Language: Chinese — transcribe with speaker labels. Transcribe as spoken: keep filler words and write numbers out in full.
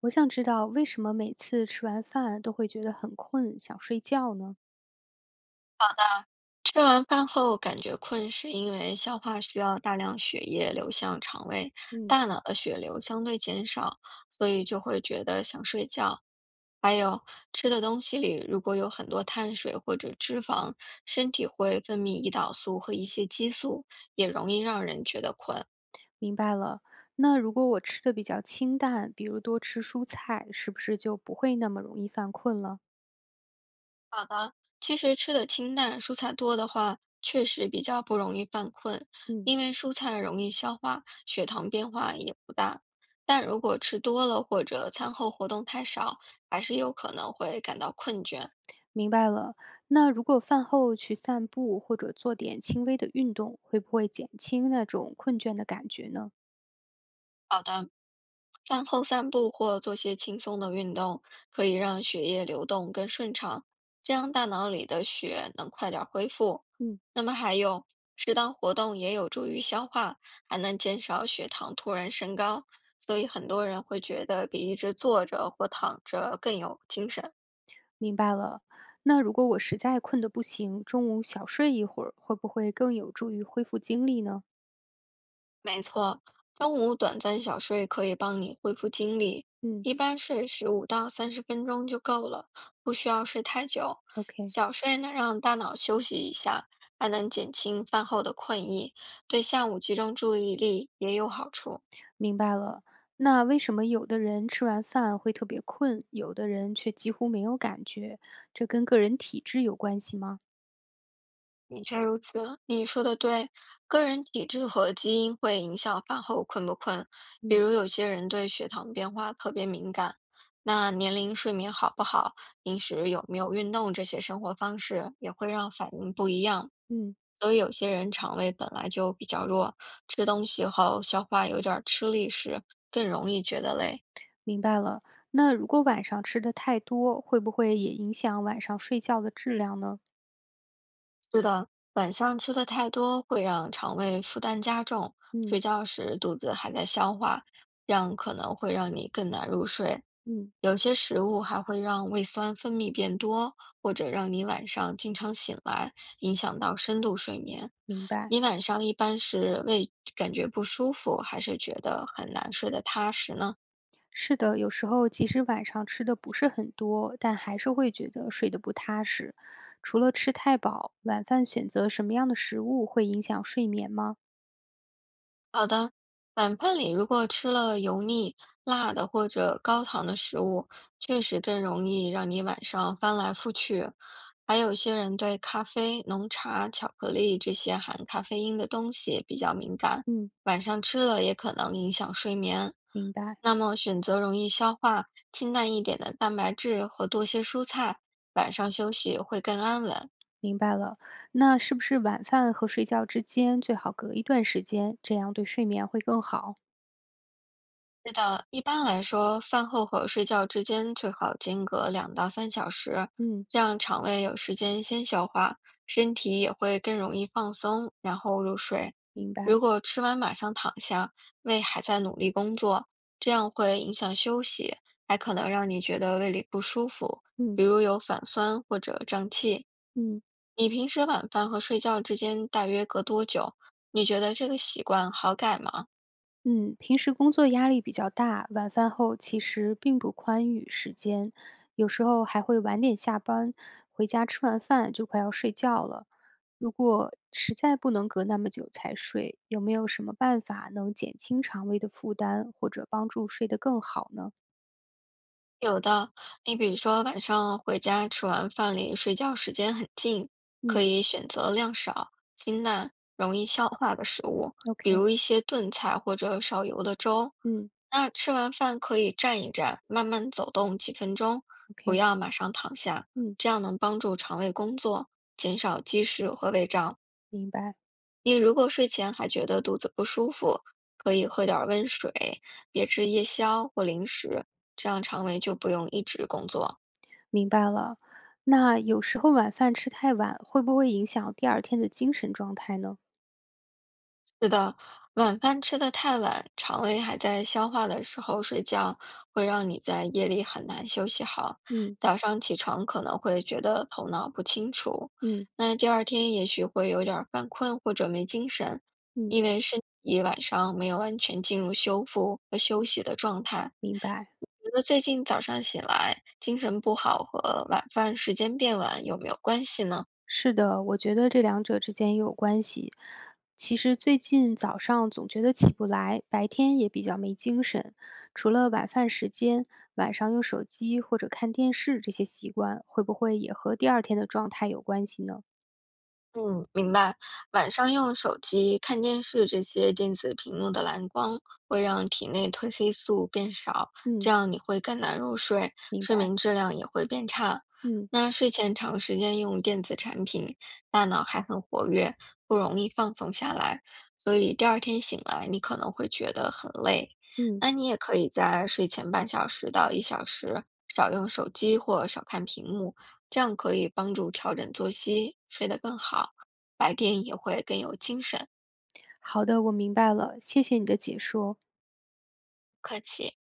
Speaker 1: 我想知道为什么每次吃完饭都会觉得很困，想睡觉呢？
Speaker 2: 吃完饭后感觉困，是因为消化需要大量血液流向肠胃，
Speaker 1: 嗯，
Speaker 2: 大脑的血流相对减少，所以就会觉得想睡觉。还有吃的东西里如果有很多碳水或者脂肪，身体会分泌胰岛素和一些激素，也容易让人觉得困。
Speaker 1: 明白了。那如果我吃的比较清淡，比如多吃蔬菜，是不是就不会那么容易犯困了？
Speaker 2: 好的，其实吃的清淡，蔬菜多的话，确实比较不容易犯困，
Speaker 1: 嗯，
Speaker 2: 因为蔬菜容易消化，血糖变化也不大。但如果吃多了或者餐后活动太少，还是有可能会感到困倦。
Speaker 1: 明白了。那如果饭后去散步或者做点轻微的运动，会不会减轻那种困倦的感觉呢？
Speaker 2: 饭后散步或做些轻松的运动，可以让血液流动更顺畅，这样大脑里的血能快点儿恢复。
Speaker 1: 嗯，
Speaker 2: 那么还有，适当活动也有助于消化，还能减少血糖突然升高，所以很多人会觉得比一直坐着或躺着更有精神。
Speaker 1: 明白了。那如果我实在困得不行，中午小睡一会儿，会不会更有助于恢复精力呢？
Speaker 2: 中午短暂小睡可以帮你恢复精力，
Speaker 1: 嗯
Speaker 2: 一般睡十五到三十分钟就够了，不需要睡太久。
Speaker 1: ，OK。
Speaker 2: 小睡呢，让大脑休息一下，还能减轻饭后的困意，对下午集中注意力也有好处。
Speaker 1: 明白了。那为什么有的人吃完饭会特别困，有的人却几乎没有感觉？这跟个人体质有关系吗？
Speaker 2: 的确如此，你说的对，个人体质和基因会影响饭后困不困。比
Speaker 1: 嗯，
Speaker 2: 如有些人对血糖变化特别敏感，那年龄、睡眠好不好、平时有没有运动这些生活方式也会让反应不一样。
Speaker 1: 嗯，
Speaker 2: 所以有些人肠胃本来就比较弱，吃东西后消化有点儿吃力时更容易觉得累。
Speaker 1: 明白了。那如果晚上吃的太多，会不会也影响晚上睡觉的质量呢？
Speaker 2: 是的，晚上吃的太多会让肠胃负担加重，睡
Speaker 1: 嗯
Speaker 2: 觉时肚子还在消化，这样可能会让你更难入睡。
Speaker 1: 嗯，
Speaker 2: 有些食物还会让胃酸分泌变多，或者让你晚上经常醒来，影响到深度睡眠。
Speaker 1: 明白。
Speaker 2: 你晚上一般是胃感觉不舒服，还是觉得很难睡得踏实呢？
Speaker 1: 是的，有时候即使晚上吃的不是很多，但还是会觉得睡得不踏实。除了吃太饱，晚饭选择什么样的食物会影响睡眠吗？
Speaker 2: 好的，晚饭里如果吃了油腻、辣的或者高糖的食物，确实更容易让你晚上翻来覆去。还有些人对咖啡、浓茶、巧克力这些含咖啡因的东西比较敏感，
Speaker 1: 嗯，
Speaker 2: 晚上吃了也可能影响睡眠。
Speaker 1: 明白。
Speaker 2: 那么选择容易消化、清淡一点的蛋白质和多些蔬菜，晚上休息会更安稳。
Speaker 1: 明白了，那是不是晚饭和睡觉之间最好隔一段时间，这样对睡眠会更好？
Speaker 2: 是的，一般来说，饭后和睡觉之间最好间隔两到三小时，
Speaker 1: 嗯，
Speaker 2: 这样肠胃有时间先消化，身体也会更容易放松，然后入睡。
Speaker 1: 明白。
Speaker 2: 如果吃完马上躺下，胃还在努力工作，这样会影响休息，还可能让你觉得胃里不舒服，
Speaker 1: 嗯
Speaker 2: 比如有反酸或者胀气。
Speaker 1: 嗯
Speaker 2: 你平时晚饭和睡觉之间大约隔多久？你觉得这个习惯好改吗？
Speaker 1: 嗯，平时工作压力比较大，晚饭后其实并不宽裕时间，有时候还会晚点下班，回家吃完饭就快要睡觉了。如果实在不能隔那么久才睡，有没有什么办法能减轻肠胃的负担，或者帮助睡得更好呢？
Speaker 2: 有的，你比如说晚上回家吃完饭离睡觉时间很近，可
Speaker 1: 嗯
Speaker 2: 以选择量少、清淡、容易消化的食物，比
Speaker 1: ，OK，
Speaker 2: 如一些炖菜或者少油的粥。
Speaker 1: 嗯
Speaker 2: 那吃完饭可以站一站，慢慢走动几分钟，不
Speaker 1: ，OK，
Speaker 2: 要马上躺下，
Speaker 1: 嗯，
Speaker 2: 这样能帮助肠胃工作，减少积食和胃胀。
Speaker 1: 明白。
Speaker 2: 你如果睡前还觉得肚子不舒服，可以喝点儿温水，别吃夜宵或零食，这样肠胃就不用一直工作。
Speaker 1: 明白了。那有时候晚饭吃太晚，会不会影响第二天的精神状态呢？
Speaker 2: 是的，晚饭吃得太晚，肠胃还在消化的时候睡觉，会让你在夜里很难休息好。
Speaker 1: 嗯
Speaker 2: 早上起床可能会觉得头脑不清楚，
Speaker 1: 嗯
Speaker 2: 那第二天也许会有点儿犯困或者没精神，
Speaker 1: 嗯
Speaker 2: 因为身体晚上没有完全进入修复和休息的状态。
Speaker 1: 明白，
Speaker 2: 你觉得最近早上醒来精神不好和晚饭时间变晚有没有关系呢？
Speaker 1: 是的，我觉得这两者之间也有关系。其实最近早上总觉得起不来，白天也比较没精神。除了晚饭时间，晚上用手机或者看电视这些习惯，会不会也和第二天的状态有关系呢？
Speaker 2: 嗯，明白。晚上用手机看电视，这些电子屏幕的蓝光会让体内褪黑素变少，这
Speaker 1: 嗯，
Speaker 2: 样你会更难入睡，
Speaker 1: 明
Speaker 2: 睡
Speaker 1: 白。
Speaker 2: 眠质量也会变差。
Speaker 1: 嗯
Speaker 2: 那睡前长时间用电子产品，大脑还很活跃，不容易放松下来，所以第二天醒来你可能会觉得很累。
Speaker 1: 嗯
Speaker 2: 那你也可以在睡前半小时到一小时少用手机或少看屏幕，这样可以帮助调整作息，睡得更好，白天也会更有精神、
Speaker 1: 好的，我明白了，谢谢你的解说。
Speaker 2: 不客气。